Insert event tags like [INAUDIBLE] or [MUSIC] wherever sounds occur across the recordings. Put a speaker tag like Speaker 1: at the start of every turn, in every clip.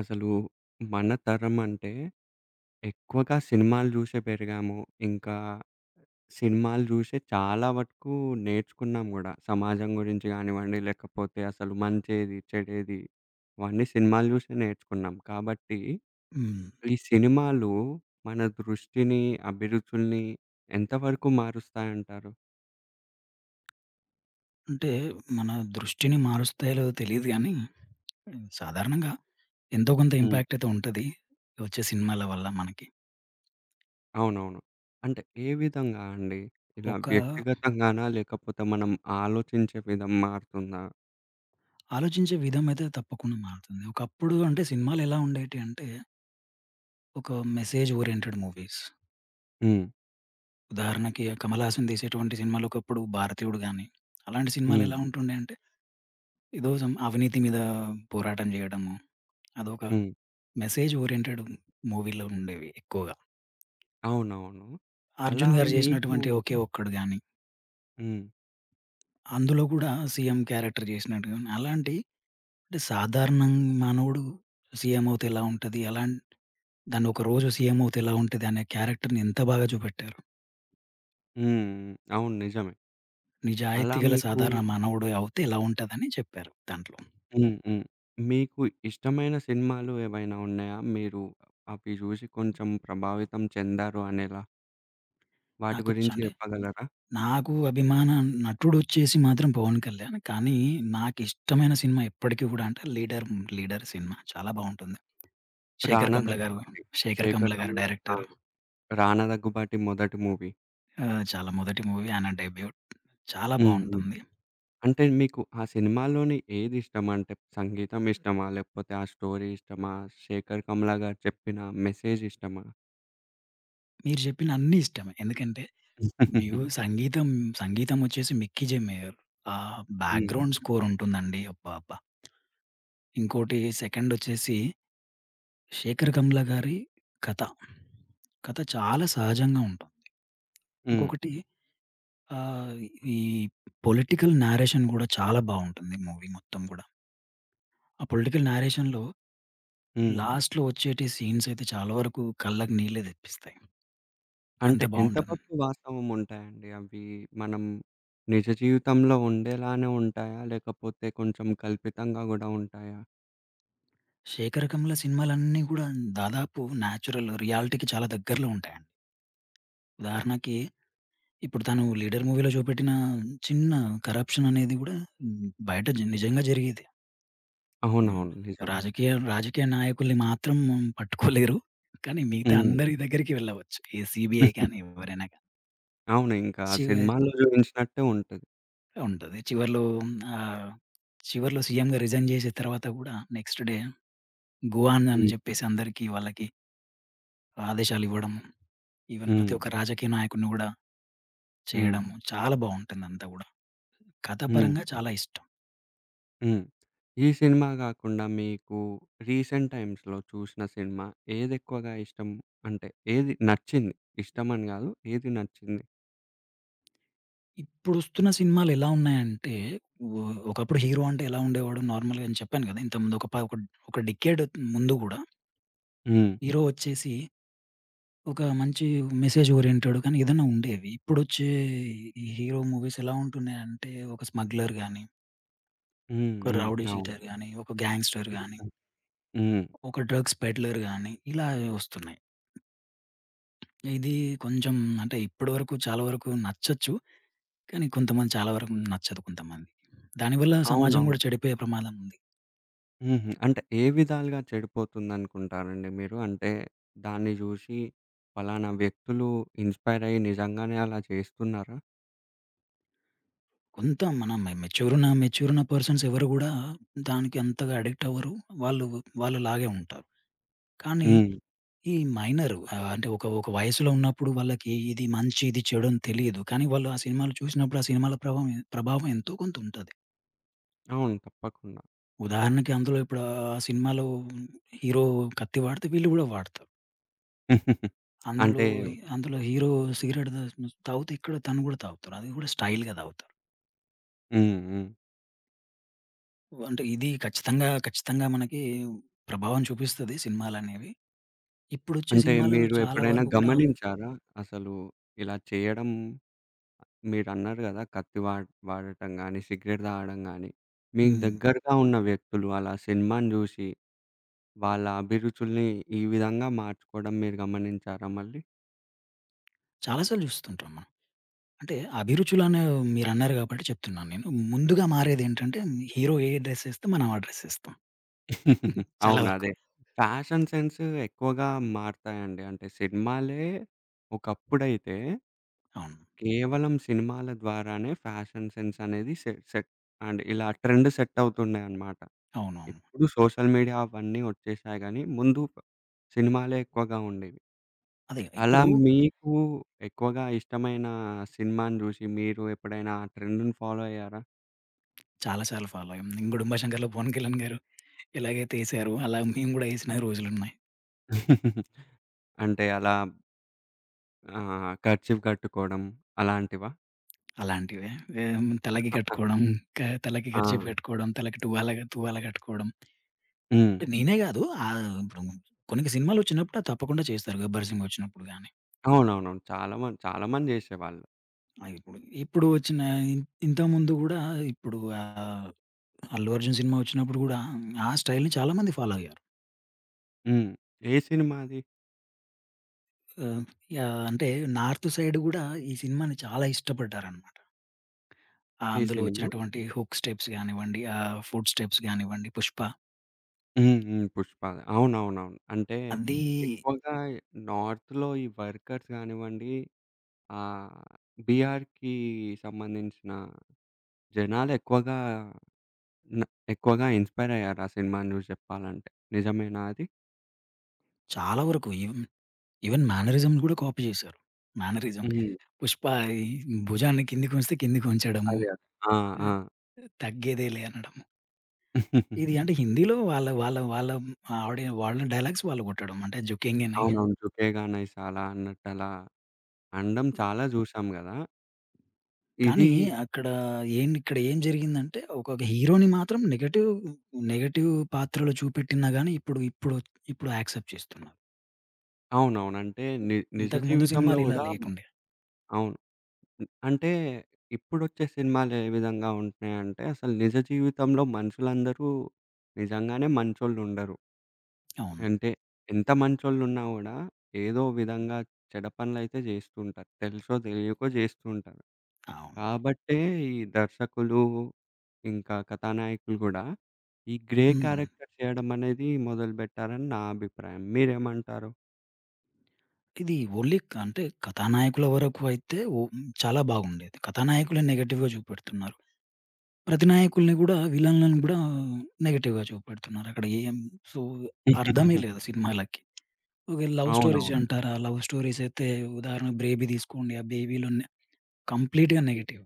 Speaker 1: అసలు మన తరం అంటే ఎక్కువగా సినిమాలు జూషే పెరిగాము. ఇంకా సినిమాలు జూషే చాలా వరకు నేర్చుకున్నాం గూడా. సమాజం గురించి గానివ్వండి, లేకపోతే అసలు మంచేది, చెడేది ఇవన్నీ సినిమాలు జూషే నేర్చుకున్నాం. కాబట్టి
Speaker 2: హ్మ్.
Speaker 1: ఈ సినిమాలు మన దృష్టిని, అభిరుచుల్ని ఎంతవరకు మారుస్తాయంటారు?
Speaker 2: అంటే మన దృష్టిని మారుస్తాయో లేదో తెలీదు గానీ, సాధారణంగా ఎంతో కొంత
Speaker 1: హ్మ్.
Speaker 2: ఇంపాక్ట్ అయితే ఉంటది వచ్చే సినిమాల వల్ల మనకి.
Speaker 1: అవునవును. అంటే ఏ విధంగా అండి? ఇలా
Speaker 2: ఒక
Speaker 1: వ్యక్తిగతంగానా? లేకపోతే మనం ఆలోచించే విధం మారుతుందా?
Speaker 2: ఆలోచించే విధం అయితే తప్పకుండా మారుతుంది. ఒకప్పుడు అంటే సినిమాలెలా ఉండేటియి అంటే, ఒక మెసేజ్ ఓరియెంటెడ్ మూవీస్.
Speaker 1: హ్మ్.
Speaker 2: ఉదాహరణకి 'కమల్ హాసన్' తీసేటువంటి సినిమాలు ఒకప్పుడు 'భారతీయుడు' గాని, అలాంటి
Speaker 1: హ్మ్.
Speaker 2: సినిమాలెలా ఉంటుండే అంటే, ఏదో అవినీతి మీద పోరాటం జేయడము, అదొక
Speaker 1: హ్మ్.
Speaker 2: మెసేజ్ ఓరియెంటెడ్ మూవీలో ఉండేవి ఎక్కువగా.
Speaker 1: అవునవును. అలా
Speaker 2: 'అర్జున్' గారు
Speaker 1: మీకు.
Speaker 2: జేసినటువంటి 'ఒకే ఒక్కడు' గాని
Speaker 1: హ్మ్.
Speaker 2: అందులో గూడా సీఎం క్యారెక్టర్ జేసినట్టుగా అలాంటి అంటే సాధారణం మానవుడు సీఎం అవుతే ఎలా ఉంటది? దాన్ని ఒక రోజు సీఎం అవుతే ఎలా ఉంటది? అనే క్యారెక్టర్‌ని ఎంత బాగా చూపెట్టారు.
Speaker 1: హ్మ్. అవును, నిజమే. అలా
Speaker 2: నిజాయితీ గల
Speaker 1: మీకు.
Speaker 2: సాధారణ మానవుడు అవుతే ఎలా ఉంటదని చెప్పారు దాంట్లో.
Speaker 1: హ్మ్. హ్మ్. మీకు ఇష్టమైన సినిమాలు ఏవైనా ఉన్నాయా? మీరు అవి జూసి కొంచెం ప్రభావితం చెందారు అనేలా? వాటి
Speaker 2: నాకొచ్చ
Speaker 1: గురించి
Speaker 2: అంటే
Speaker 1: చెప్పగలరా?
Speaker 2: నాకు అభిమాన నటుడొచ్చేసి మాత్రం 'పవన్ కళ్యాణ్.' కానీ నాకిష్టమైన సినిమా ఎప్పటికి గూడా అంటే 'లీడర్.' 'లీడర్' సినిమా చాలా బావుంటుంది. 'శేఖర్
Speaker 1: 'రానా
Speaker 2: కమ్ల' గారు
Speaker 1: దగ్గుబాటి'.
Speaker 2: 'శేఖర్
Speaker 1: 'శేఖర్
Speaker 2: కమ్ల' గారు
Speaker 1: కమ్ముల'. ఆ!
Speaker 2: డైరెక్టర్.
Speaker 1: 'రానా దగ్గుబాటి' మొదటి మూవీ.
Speaker 2: చాలా మొదటి మూవీ ఆయన డెబ్యూట్. చాలా
Speaker 1: హ్మ్. హ్మ్.
Speaker 2: బావుంటుంది.
Speaker 1: అంటే మీకు ఆ సినిమాలోని ఏది ఇష్టం? అంటే సంగీతం ఇష్టమా? లేకపోతే ఆ స్టోరీ ఇష్టమా? 'శేఖర్ కమ్ముల' గారు చెప్పిన మెసేజ్ ఇష్టమా?
Speaker 2: మీరు చెప్పిన అన్నీ ఇష్టమే. ఎందుకంటే మీకు
Speaker 1: [LAUGHS]
Speaker 2: సంగీతం, సంగీతం వచ్చేసి 'మిక్కీ జె మేయర్.' ఆ
Speaker 1: హ్మ్.
Speaker 2: బ్యాక్‌గ్రౌండ్ స్కోర్ ఉంటుందండి. అబ్బబ్బా! ఇంకోటి సెకండ్ వచ్చేసి 'శేఖర్ కమ్ల' గారి కథ. కథ చాలా సహజంగా ఉంటుంది.
Speaker 1: హ్మ్.
Speaker 2: ఇంకొకటి ఆహ్, ఈ పొలిటికల్ నేరేషన్ కూడా చాలా బావుంటుంది మూవీ మొత్తం గూడా. ఆ పొలిటికల్ నేరేషన్‌లో
Speaker 1: హ్మ్.
Speaker 2: లాస్ట్‌లో వచ్చేటి సీన్స్ అయితే చాలా వరకు కళ్ళకి నీళ్ళే తెప్పిస్తాయి.
Speaker 1: అంటే
Speaker 2: అంత
Speaker 1: ఎంత
Speaker 2: బావుంటుంది.
Speaker 1: వరకు వాస్తవం ఉంటాయండి అవి? మనం నిజ జీవితంలో ఉండేలానే ఉంటాయా? లేకపోతే కొంచెం కల్పితంగా గూడా ఉంటాయా?
Speaker 2: శేఖర్ కమ్ముల సినిమాలన్నీ గూడా దాదాపు న్యాచురల్ రియాలిటీకి చాలా దగ్గరలో ఉంటాయండి. ఉదాహరణకి ఇప్పుడు తను 'లీడర్' మూవీలో చూపెట్టిన చిన్న కరప్షన్ అనేది గూడా హ్మ్, బయట జ నిజంగా జరిగేది. హ్మ్.
Speaker 1: అవునవును, నిజమే.
Speaker 2: రాజకీయ రాజకీయ నాయకుల్ని మాత్రం పట్టుకోలేరు. కానీ మిగతా
Speaker 1: హ్మ్.
Speaker 2: అందరి దగ్గరికి వెళ్ళవచ్చు. ఈ సీబీఐ కానీ ఎవరైనా కానీ.
Speaker 1: అవును, ఇంకా ఆ
Speaker 2: చి
Speaker 1: సినిమాలో చూయించినట్టే ఉంటది.
Speaker 2: ఉంటది. చివర్లో ఆహ్, చివర్లో సీఎంగా రిజైన్ చేసిన తర్వాత గూడా నెక్స్ట్ డే గో ఆన్ అని
Speaker 1: హ్మ్.
Speaker 2: చెప్పేసి అందరికీ వాళ్ళకి ఆదేశాలివ్వడం. ఈవెన్ ప్రతి
Speaker 1: హ్మ్.
Speaker 2: ఒక్క రాజకీయ నాయకుడిని గూడా
Speaker 1: హ్మ్.
Speaker 2: చేయడము. చాలా బావుంటుందంతా గూడా.
Speaker 1: హ్మ్.
Speaker 2: కథాపరంగా చాలా ఇష్టం.
Speaker 1: హ్మ్. ఈ సినిమా గాకుండా మీకు రీసెంట్ టైమ్స్‌లో చూసిన సినిమా ఏదెక్కువగా ఇష్టం? అంటే ఏది నచ్చింది? ఇష్టమని గాదు, ఏది నచ్చింది?
Speaker 2: ఇప్పుడొస్తున్న సినిమాలు ఎలా ఉన్నాయంటే, ఒ ఒకప్పుడు హీరో అంటే ఎలా ఉండేవాడు నార్మల్‌గా నేను చెప్పాను గదా! ఇంతకుముందు ఒక ఒక డికేడ్ ముందు గూడా
Speaker 1: హ్మ్.
Speaker 2: హీరో వచ్చేసి ఒక మంచి మెసేజ్ ఓరియెంటెడ్ గాని ఏదైనా ఉండేవి. ఇప్పుడొచ్చే ఈ హీరో మూవీస్ ఎలా ఉంటున్నాయంటే ఒక స్మగ్లర్ గాని,
Speaker 1: హ్మ్.
Speaker 2: ఒక
Speaker 1: హ్మ్.
Speaker 2: రౌడీ
Speaker 1: అవును.
Speaker 2: షీటర్ గాని, ఒక గ్యాంగ్‌స్టర్ గాని,
Speaker 1: హ్మ్.
Speaker 2: ఒక డ్రగ్స్ పెడ్లర్ గాని ఇలా ఒస్తున్నాయి. ఇది కొంచెం అంటే ఇప్పటి వరకు చాలా వరకు నచ్చొచ్చు. కానీ కొంతమంది చాలా వరకు నచ్చదు కొంతమందికి. దానివల్ల సమాజం
Speaker 1: అవునవును.
Speaker 2: గూడా చెడిపోయే ప్రమాదం ఉంది.
Speaker 1: హుహు. అంటే ఏ విధాలుగా చెడిపోతుందనుకుంటారండి మీరు? అంటే దాన్ని జూషి పలానా వ్యక్తులు ఇన్‌స్పైర్ అయ్యి నిజంగానే అలా చేస్తున్నారా?
Speaker 2: కొంత మనం మె మెచ్యూర్ ఉన్న మెచ్యూర్ ఉన్న పర్సన్స్ ఎవరు గూడా దానికి అంతగా అడిక్ట్ అవ్వరు. వాళ్ళు వాళ్ళలాగే ఉంటారు. కానీ
Speaker 1: హ్మ్.
Speaker 2: ఈ మైనర్ అంటే ఒక ఒక వయసులో ఉన్నప్పుడు వాళ్ళకి ఇది మంచి, ఇది చెడు అని తెలీదు. కానీ వాళ్ళు ఆ సినిమాలు చూసినప్పుడు ఆ సినిమాల ప్రభావం ప్రభావం ఎంతో కొంత ఉంటది.
Speaker 1: అవును, తప్పకుండా.
Speaker 2: ఉదాహరణకి అందులో ఇప్పుడు ఆ సినిమాలో హీరో కత్తి వాడితే వీళ్ళు గూడా వాడతారు.
Speaker 1: [LAUGHS]
Speaker 2: అందులో
Speaker 1: అంటే
Speaker 2: హి అందులో హీరో సిగరెట్ తాగు తాగుతే ఇక్కడ తను గూడా తాగుతారు. అది గూడా స్టైల్‌గా తాగుతారు.
Speaker 1: హ్మ్. హ్మ్.
Speaker 2: అంటే ఇది ఖచ్చితంగా, మనకి ప్రభావం చూపిస్తది సినిమాలనేవి. ఇప్పుడొచ్చే
Speaker 1: అంటే
Speaker 2: సినిమాలు
Speaker 1: మీరు
Speaker 2: చాలా
Speaker 1: ఎప్పుడైనా
Speaker 2: వరకు గూడా
Speaker 1: గమనించారా? అసలు ఇలా చేయడం మీరన్నారు గదా! కత్తి వాడ్ వాడటం గానీ, సిగరెట్ తాగడం గానీ, మీకు
Speaker 2: హ్మ్.
Speaker 1: దగ్గరగా ఉన్న వ్యక్తులు అలా సినిమాని జూషి వాళ్ళ అభిరుచుల్ని ఈ విధంగా మార్చుకోవడం మీరు గమనించారా మళ్ళీ?
Speaker 2: చాలా సార్లు చూస్తుంటాం మనం. అంటే అభిరుచులనే మీరన్నారు గాబట్టి చెప్తున్నాను నేను. ముందుగా మారేదేంటంటే హీరో ఏ డ్రెస్ ఏస్తే మనం ఆ డ్రెస్ ఏస్తాం. [LAUGHS] చాలా
Speaker 1: అవును,
Speaker 2: వరకు.
Speaker 1: అదే. ఫ్యాషన్ సెన్స్ ఎక్కువగా మారతాయండి. అంటే సినిమాలే ఒకప్పుడైతే
Speaker 2: అవును.
Speaker 1: కేవలం సినిమాల ద్వారానే ఫ్యాషన్ సెన్స్ అనేది సెట్ అండ్ ఇలా ట్రెండ్ సెట్ అవుతుండే అన్నమాట.
Speaker 2: అవునవును.
Speaker 1: ఇప్పుడు సోషల్ మీడియా అవన్నీ వచ్చేసాయి గానీ, ముందు సినిమాలే ఎక్కువగా ఉండేవి.
Speaker 2: అదే
Speaker 1: అలా
Speaker 2: ఇప్పుడు
Speaker 1: మీకు ఎక్కువగా ఇష్టమైన సినిమాని జూసి మీరు ఎప్పుడైనా ఆ ట్రెండ్‌ని ఫాలో అయ్యారా?
Speaker 2: చాలా సార్లు ఫాలో అయ్యాం. నేను గూడా 'గుడుంబా శంకర్‌లో' పవన్ కళ్యాణ్ గారు ఎలాగైతే ఏసారో అలా మేము గూడా ఏసిన రోజులున్నాయి.
Speaker 1: [LAUGHS] అంటే అలా కర్చీఫ్ కట్టుకోవడం అలాంటివా?
Speaker 2: అలాంటివే. ఏం
Speaker 1: [LAUGHS]
Speaker 2: తలకి
Speaker 1: ఆహా!
Speaker 2: కట్టుకోవడం, క తలకి
Speaker 1: ఆ!
Speaker 2: కర్చీఫ్ కట్టుకోవడం, తలకి టువాల తువాల కట్టుకోవడం.
Speaker 1: హ్మ్.
Speaker 2: అంటే నేనే గాదు ఇప్పుడు కొన్ని సినిమాలు వచ్చినప్పుడు అది తప్పకుండా చేస్తారు. 'గబ్బర్ సింగ్' వచ్చినప్పుడు గాని,
Speaker 1: అవునవునవును. చాలా మంది, చాలా మంది జేసేవాళ్ళు.
Speaker 2: ఆహ్, ఇప్పుడు ఇప్పుడు వచ్చిన ఇంతకుముందు గూడా ఇప్పుడు ఆహ్, 'అల్లు అర్జున్' సినిమా వచ్చినప్పుడు గూడా ఆ స్టైల్‌ని చాలా మంది ఫాలో అయ్యారు.
Speaker 1: హ్మ్. ఏ సినిమా అది?
Speaker 2: ఆహ్, యాహ్! అంటే నార్త్ సైడ్ గూడా ఈ సినిమాని చాలా ఇష్టపడ్డారనమాట.
Speaker 1: ఏ
Speaker 2: అందులో
Speaker 1: సినిమా?
Speaker 2: వచ్చినటువంటి హుక్ స్టెప్స్ గానివ్వండి, ఆ ఫుట్ స్టెప్స్ గానివ్వండి, 'పుష్ప'
Speaker 1: హ్మ్. హ్మ్. 'పుష్పది.' అవునవునవును. అంటే
Speaker 2: అది
Speaker 1: ఎక్కువగా నార్త్‌లో ఈ వర్కర్స్ గానివ్వండి, ఆహ్, బీహార్‌కి సంబంధించిన జనాలు ఎక్కువగా న ఎక్కువగా ఇన్‌స్పైర్ అయ్యారు ఆ సినిమాని జూసి జెప్పాలంటే. నిజమేనా అది?
Speaker 2: చాలా వరకు ఈవెన్ ఈవెన్ మేనరిజమ్‌లు గూడా కాపీ జేశారు. మేనరిజం
Speaker 1: హ్మ్.
Speaker 2: 'పుష్ప' ఈ భుజాన్ని కిందకొంచితే కిందకొంచడము.
Speaker 1: అదే, అదే. ఆ! ఆ!
Speaker 2: ఆహ్, తగ్గేదేలే అనడము. ఇది అంటే హిందీలో వాళ్ళ వాళ్ళ వాళ్ళ ఆడి వాళ్ళ డైలాగ్స్ వాళ్ళు గొట్టడం అంటే జోకింగేనే.
Speaker 1: అవునవును. 'జుకేగా నైసాలా' అన్నట్టు అలా అనడం చాలా జూసాం గదా! ఇది
Speaker 2: కానీ అక్కడ ఏం ఇక్కడ ఏం జరిగిందంటే ఒక హీరోని మాత్రం నెగెటివ్ పాత్రలు చూపెట్టినా గాని ఇప్పుడు ఇప్పుడు ఇప్పుడు యాక్సెప్ట్ చేస్తున్నారు.
Speaker 1: అవునవును. అంటే నిజ
Speaker 2: ఇంతకుముందు
Speaker 1: జీవితంలో
Speaker 2: సినిమాలు ఇలా
Speaker 1: గూడా
Speaker 2: లేకుండే.
Speaker 1: అవును. అంటే ఇప్పుడొచ్చే సినిమాలు ఏ విధంగా ఉంటున్నాయంటే, అసలు నిజ జీవితంలో మనుషులందరూ నిజంగానే మంచోళ్ళుండరు.
Speaker 2: అవును.
Speaker 1: అంటే ఎంత మంచోళ్ళున్నా గూడా ఏదో విధంగా చెడ పనులైతే జేస్తుంటారు, తెలుసో తెలియకో జేస్తుంటారు.
Speaker 2: అవును.
Speaker 1: కాబట్టే ఈ దర్శకులు, ఇంకా కథానాయకులు గూడా ఈ గ్రే
Speaker 2: హ్మ్.
Speaker 1: క్యారెక్టర్ చేయడం అనేది మొదలుబెట్టారని నా అభిప్రాయం. మీరేమంటారు?
Speaker 2: ఇది ఓన్లీ అంటే కథానాయకుల వరకు అయితే చాలా బాగుండేది. కథానాయకులే నెగెటివ్‌గా చూపెడుతున్నారు. ప్రతి నాయకుల్ని గూడా విలన్‌లను గూడా నెగెటివ్‌గా చూపెడుతున్నారు. సో, అర్థమే
Speaker 1: [LAUGHS]
Speaker 2: లేదు సినిమాలకి. ఒకవేళ లవ్
Speaker 1: అవునవును.
Speaker 2: స్టోరీస్ అంటారా? లవ్ స్టోరీస్ అయితే ఉదాహరణకు 'బేబీ' తీసుకోండి. ఆ 'బేబీ'లోనే కంప్లీట్‌గా నెగెటివ్.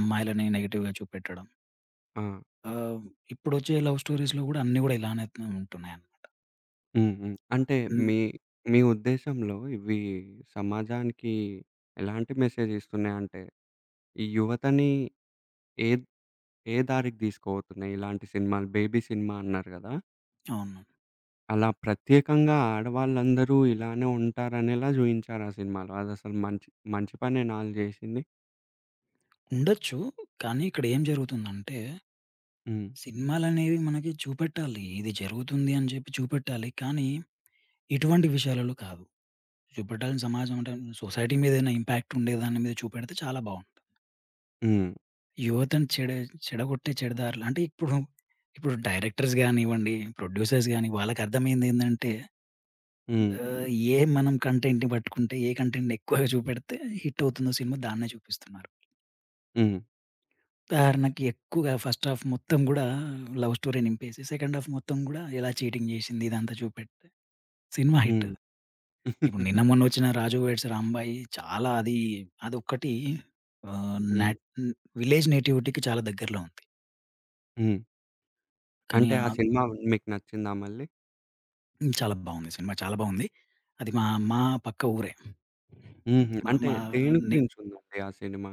Speaker 2: అమ్మాయిలని నెగెటివ్‌గా చూపెట్టడం.
Speaker 1: ఆ!
Speaker 2: ఆహ్, ఇప్పుడొచ్చే లవ్ స్టోరీస్‌లో గూడా అన్నీ గూడా ఇలానే ఉంటున్నాయన్నమాట.
Speaker 1: హ్మ్. హ్మ్. అంటే
Speaker 2: హ్మ్.
Speaker 1: మీ మీ ఉద్దేశంలో ఇవి సమాజానికి ఎలాంటి మెసేజ్ ఇస్తున్నాయి? అంటే ఈ యువతని ఏ ఏ దారికి తీసుకుపోతున్నాయి? ఇలాంటి సినిమాలు, బేబీ సినిమా అన్నారు గదా!
Speaker 2: అవును.
Speaker 1: అలా ప్రత్యేకంగా ఆడవాళ్ళందరూ ఇలానే ఉంటారనేలా జూయించారు ఆ సినిమాలో. అదసలు మంచి మంచి పనేనా ఆళ్ళు జేసింది?
Speaker 2: ఉండొచ్చు. కానీ ఇక్కడ ఏం జరుగుతుందంటే
Speaker 1: హ్మ్.
Speaker 2: సినిమాలనేవి మనకి చూపెట్టాలి. ఇది జరుగుతుంది అని జెప్పి చూపెట్టాలి. కానీ, ఇటువంటి విషయాలలో కాదు. చూపెట్టాలని సమాజం అంటే సొసైటీ మీద ఏదైనా ఇంపాక్ట్ ఉండే దాని మీద చూపెడితే చాలా బావుంటది.
Speaker 1: హ్మ్.
Speaker 2: యువతను చెడగొట్టే చెడుదారులు అంటే ఇప్పుడు, ఇప్పుడు డైరెక్టర్స్ గానివ్వండి, ప్రొడ్యూసర్స్ గాని వాళ్ళకి అర్థమైందేందంటే
Speaker 1: హ్మ్.
Speaker 2: ఆహ్, ఏ మనం కంటెంట్‌ని పట్టుకుంటే, ఏ కంటెంట్‌ని ఎక్కువగా చూపెడితే హిట్ అవుతుందో సినిమా దాన్నే చూపిస్తున్నారు.
Speaker 1: హ్మ్.
Speaker 2: ఉదాహరణకి ఎక్కువగా ఫస్ట్ హాఫ్ మొత్తం గూడా లవ్ స్టోరీ నింపేసి సెకండ్ హాఫ్ మొత్తం గూడా ఎలా చీటింగ్ జేసింది ఇదంతా చూపెడితే సినిమా హిట్.
Speaker 1: హ్మ్.
Speaker 2: ఇప్పుడు నిన్న
Speaker 1: [LAUGHS]
Speaker 2: మొన్న వచ్చిన 'రాజు వెడ్స్ రాంబాయి' చాలా అది అదొక్కటి ఆహ్,
Speaker 1: హ్మ్.
Speaker 2: నాట్ విలేజ్ నేటివిటీకి చాలా దగ్గరలో ఉంది.
Speaker 1: హ్మ్.
Speaker 2: కానీ
Speaker 1: అంటే ఆ సినిమా మీకు నచ్చిందా మళ్ళీ?
Speaker 2: చాలా బాగుంది సినిమా. చాలా బాగుంది. అది మా మా పక్క ఊరే.
Speaker 1: హుహు.
Speaker 2: మా
Speaker 1: అంటే
Speaker 2: మా
Speaker 1: దేని
Speaker 2: నే
Speaker 1: గురించుందండి ఆ సినిమా?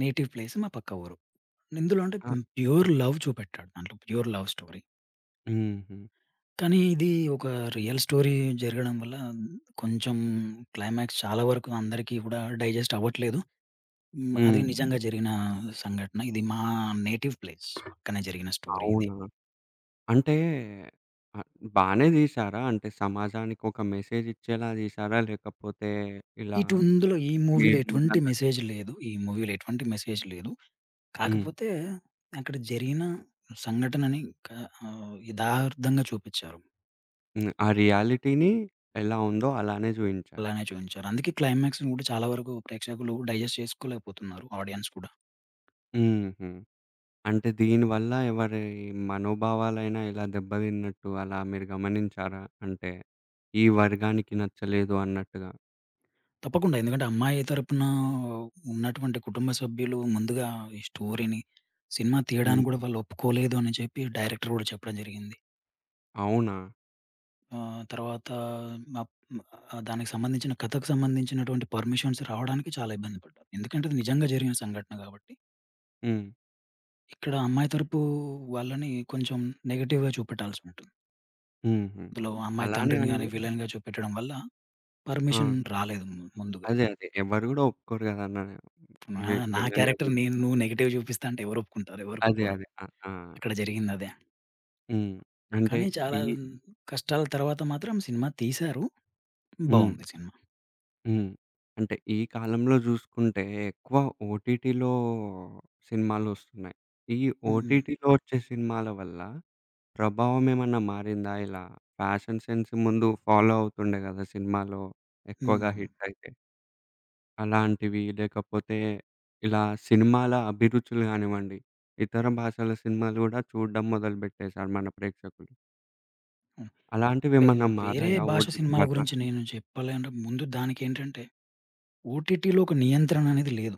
Speaker 2: నేటివ్ ప్లేస్ మా పక్క ఊరు. ఇందులో అంటే ప్యూర్ లవ్ చూపెట్టాడు దాంట్లో. Pure love story.
Speaker 1: హుహు.
Speaker 2: కానీ ఇది ఒక రియల్ స్టోరీ జరగడం వల్ల కొంచెం క్లైమాక్స్ చాలా వరకు అందరికీ కూడా డైజెస్ట్ అవ్వట్లేదు. హ్మ్. అది
Speaker 1: హ్మ్.
Speaker 2: నిజంగా జరిగిన సంఘటన. ఇది మా నేటివ్ ప్లేస్ పక్కన జరిగిన స్టోరీ ఇది.
Speaker 1: అవునా? అంటే ఆహ్, బానే తీశారా? అంటే సమాజానికి ఒక మెసేజ్ ఇచ్చేలా తీశారా? లేకపోతే ఇలా
Speaker 2: ఇందులో ఈ మూవీలో
Speaker 1: మీరు
Speaker 2: ఎటువంటి
Speaker 1: ముందన్నట్టు.
Speaker 2: మెసేజ్ లేదు. ఈ మూవీలో ఎటువంటి మెసేజ్ లేదు.
Speaker 1: హ్మ్.
Speaker 2: కాకపోతే అక్కడ జరిగిన సంఘటనని క యదార్థంగా చూపిచ్చారు.
Speaker 1: హ్మ్. ఆ రియాలిటీని ఎలా ఉందో అలానే చూయించారు.
Speaker 2: అలానే చూయించారు. అందుకే క్లైమాక్స్‌ని కూడా చాలా వరకు ప్రేక్షకులు డైజెస్ట్ చేసుకోలేకపోతున్నారు ఆడియన్స్ కూడా.
Speaker 1: హుహు. అంటే దీనివల్ల ఎవరి మనోభావాలైనా ఇలా దెబ్బతిన్నట్టు అలా మీరు గమనించారా? అంటే ఈ వర్గానికి నచ్చలేదు అన్నట్టుగా.
Speaker 2: తప్పకుండా ఎందుకంటే అమ్మాయి తరపున ఉన్నటువంటి కుటుంబ సభ్యులు ముందుగా ఈ స్టోరీని సినిమా
Speaker 1: హ్మ్.
Speaker 2: తీయడానికి కూడా వాళ్ళు ఒప్పుకోలేదు అని చెప్పి డైరెక్టర్ కూడా చెప్పడం జరిగింది.
Speaker 1: అవునా?
Speaker 2: ఆ! తర్వాత నప్ దానికి సంబంధించిన కథకు సంబంధించినటువంటి పర్మిషన్స్ రావడానికి చాలా ఇబ్బంది పడ్డాను. ఎందుకంటే అది నిజంగా జరిగిన సంఘటన కాబట్టి.
Speaker 1: హ్మ్.
Speaker 2: ఇక్కడ అమ్మాయి తరపు వాళ్ళని కొంచెం నెగెటివ్‌గా చూపెట్టాల్సి ఉంటుంది.
Speaker 1: హుహు.
Speaker 2: అందులో అమ్మాయి
Speaker 1: అలానే
Speaker 2: తండ్రిని
Speaker 1: అండి.
Speaker 2: గాని, విలన్‌గా చూపెట్టడం వల్ల
Speaker 1: ఆ!
Speaker 2: పర్మిషన్ రాలేదు ముందుగా.
Speaker 1: అదే, అదే. ఎవ్వరు గూడా ఒప్పుకోరు గదన్న
Speaker 2: నా నా
Speaker 1: విలన్‌గా
Speaker 2: క్యారెక్టర్
Speaker 1: జూసి.
Speaker 2: నేను నువ్వు నెగెటివ్ చూపిస్తా అంటే ఎవరు ఒప్పుకుంటారు? ఎవరు
Speaker 1: అదే,
Speaker 2: ఒప్పుకోరు.
Speaker 1: అదే. ఆ! ఆ!
Speaker 2: అక్కడ జరిగింది అదే.
Speaker 1: హ్మ్. అంటే
Speaker 2: కానీ
Speaker 1: ఈ
Speaker 2: చాలా కష్టాల తర్వాత మాత్రం సినిమా తీశారు.
Speaker 1: హ్మ్.
Speaker 2: బావుంది సినిమా.
Speaker 1: హ్మ్. అంటే ఈ కాలంలో జూసుకుంటే ఎక్కువ ఓటీటీలో సినిమాలొస్తున్నాయి. ఈ
Speaker 2: హ్మ్.
Speaker 1: ఓటీటీలో ఒచ్చే సినిమాల వల్ల ప్రభావం ఏమన్నా మారిందా? ఇలా ఫ్యాషన్ సెన్స్ ముందు ఫాలో అవుతుండే గదా! సినిమాలో ఎక్కువగా
Speaker 2: హ్మ్.
Speaker 1: హిట్టయితే. అలాంటివి లేకపోతే ఇలా సినిమాల అభిరుచులు గానివ్వండి, ఇతర భాషల సినిమాలు గూడా చూడడం మొదలుపెట్టేసారు మన ప్రేక్షకులు.
Speaker 2: అంటే
Speaker 1: అలాంటివేమన్నా
Speaker 2: వేరే
Speaker 1: మారాయా
Speaker 2: భాష
Speaker 1: ఓటీటీ
Speaker 2: సినిమాల
Speaker 1: వల్ల?
Speaker 2: గురించి నేను చెప్పాలంటే ముందు దానికేంటంటే ఓటీటీలో ఒక నియంత్రణ అనేది లేదు.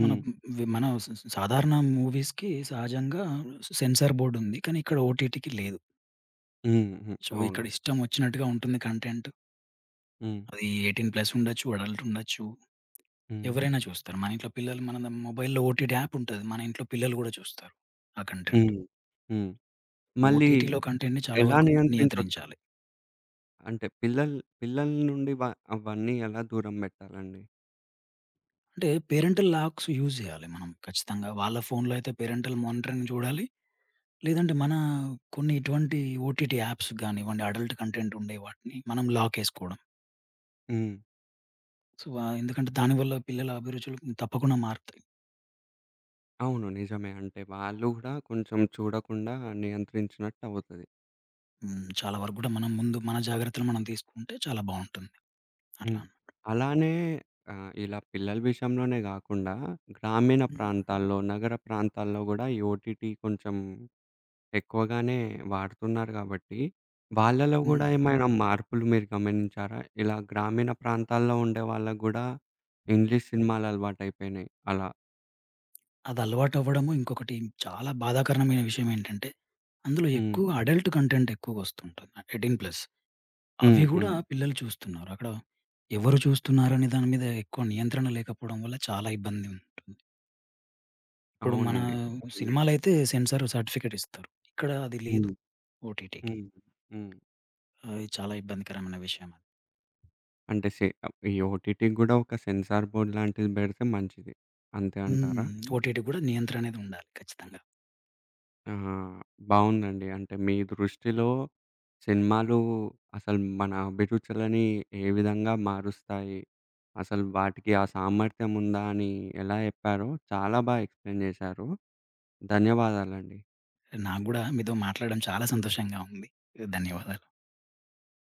Speaker 2: మన వి మన స స సాధారణ మూవీస్‌కి సహజంగా సెన్సార్ బోర్డ్ ఉంది. కానీ ఇక్కడ ఓటీటీకి లేదు.
Speaker 1: హ్మ్. హ్మ్.
Speaker 2: సో,
Speaker 1: అవును.
Speaker 2: ఇక్కడ ఇష్టం వచ్చినట్టుగా ఉంటుంది కంటెంట్.
Speaker 1: హ్మ్.
Speaker 2: అది 18 ప్లస్ ఉండొచ్చు. అడల్ట్ ఉండొచ్చు.
Speaker 1: హ్మ్.
Speaker 2: ఎవరైనా చూస్తారు. మన ఇంట్లో పిల్లలు మన మొబైల్‌లో ఓటీటీ యాప్ ఉంటది. మన ఇంట్లో పిల్లలు కూడా చూస్తారు ఆ కంటెంట్.
Speaker 1: హ్మ్. హ్మ్. మళ్ళీ
Speaker 2: ఓటీటీలో కంటెంట్‌ని చాలా
Speaker 1: ఎలా
Speaker 2: వరకు
Speaker 1: నియంత్రించొచ్చు?
Speaker 2: నియంత్రించాలి.
Speaker 1: అంటే పిల్లల నుండి అవన్నీ ఎలా దూరం బెట్టాలండి?
Speaker 2: అంటే పేరెంటల్ లాక్స్ యూజ్ చేయాలి మనం ఖచ్చితంగా. వాళ్ళ ఫోన్‌లో అయితే పేరెంటల్ మానిటరింగ్ చూడాలి. లేదంటే మన కొన్ని ఇటువంటి ఓటీటీ యాప్స్ గానివ్వండి, అడల్ట్ కంటెంట్ ఉండే వాటిని మనం లాకేసుకోవడం.
Speaker 1: హ్మ్.
Speaker 2: సో, ఎందుకంటే దానివల్ల పిల్లల అభిరుచులు తప్పకుండా మారుతాయి.
Speaker 1: అవును, నిజమే. అంటే వాళ్ళు గూడా కొంచెం చూడకుండా నియంత్రించినట్టవుతది.
Speaker 2: హ్మ్. చాలా వరకు గూడా మనం ముందు మన జాగ్రత్తలు మనం తీసుకుంటే చాలా బావుంటుంది.
Speaker 1: హ్మ్.
Speaker 2: అట్లా.
Speaker 1: అలానే ఇలా పిల్లల విషయంలోనే గాకుండా, గ్రామీణ
Speaker 2: హ్మ్.
Speaker 1: ప్రాంతాల్లో, నగర ప్రాంతాల్లో గూడా ఈ ఓటీటీ కొంచెం ఎక్కువగానే వాడుతున్నారు గాబట్టి, వాళ్ళలో గూడా
Speaker 2: హ్మ్.
Speaker 1: ఏమైనా మార్పులు మీరు గమనించారా? ఇలా గ్రామీణ ప్రాంతాల్లో ఉండే వాళ్ళకి గూడా ఇంగ్లీష్ సినిమాలు అలవాటయిపోయినాయి అలా.
Speaker 2: అది అలవాటవ్వడము ఇంకొకటి చాలా బాధాకరమైన విషయం ఏంటంటే, అందులో
Speaker 1: హ్మ్.
Speaker 2: ఎక్కువగా అడల్ట్ కంటెంట్ ఎక్కువగొస్తుంటుంది. 18+.
Speaker 1: హ్మ్.
Speaker 2: అవి గూడా
Speaker 1: హ్మ్.
Speaker 2: పిల్లలు చూస్తున్నారు. అక్కడ ఎవరు చూస్తున్నారనే దాని మీద ఎక్కువ నియంత్రణ లేకపోవడం వల్ల చాలా ఇబ్బంది ఉంటుంది. ఇప్పుడు మన
Speaker 1: అవునండి, నిజమే మీరు చెప్పింది.
Speaker 2: సినిమాలైతే సెన్సార్ సర్టిఫికేట్ ఇస్తారు. ఇక్కడ అది లేదు
Speaker 1: హ్మ్.
Speaker 2: ఓటీటీకి.
Speaker 1: హ్మ్. హ్మ్.
Speaker 2: అది చాలా ఇబ్బందికరమైన విషయం అది.
Speaker 1: అంటే ఈ ఓటీటీకి గూడా ఒక సెన్సార్ బోర్డ్ లాంటిది బెడితే మంచిది. అంతే అంటారా?
Speaker 2: హ్మ్. ఓటీటీ కూడా నియంత్రణ అనేది ఉండాలి ఖచ్చితంగా.
Speaker 1: ఆహా! బావుందండి. అంటే మీ దృష్టిలో సినిమాలు అసలు మన అభిరుచులని ఏ విధంగా మారుస్తాయి? అసలు వాటికి ఆ సామర్థ్యం ఉందా అని ఎలా చెప్పారో చాలా ఎక్స్‌ప్లెయిన్ చేశారు. ధన్యవాదాలండి.
Speaker 2: నాకు గూడా మీతో మాట్లాడడం చాలా సంతోషంగా ఉంది. ధన్యవాదాలు.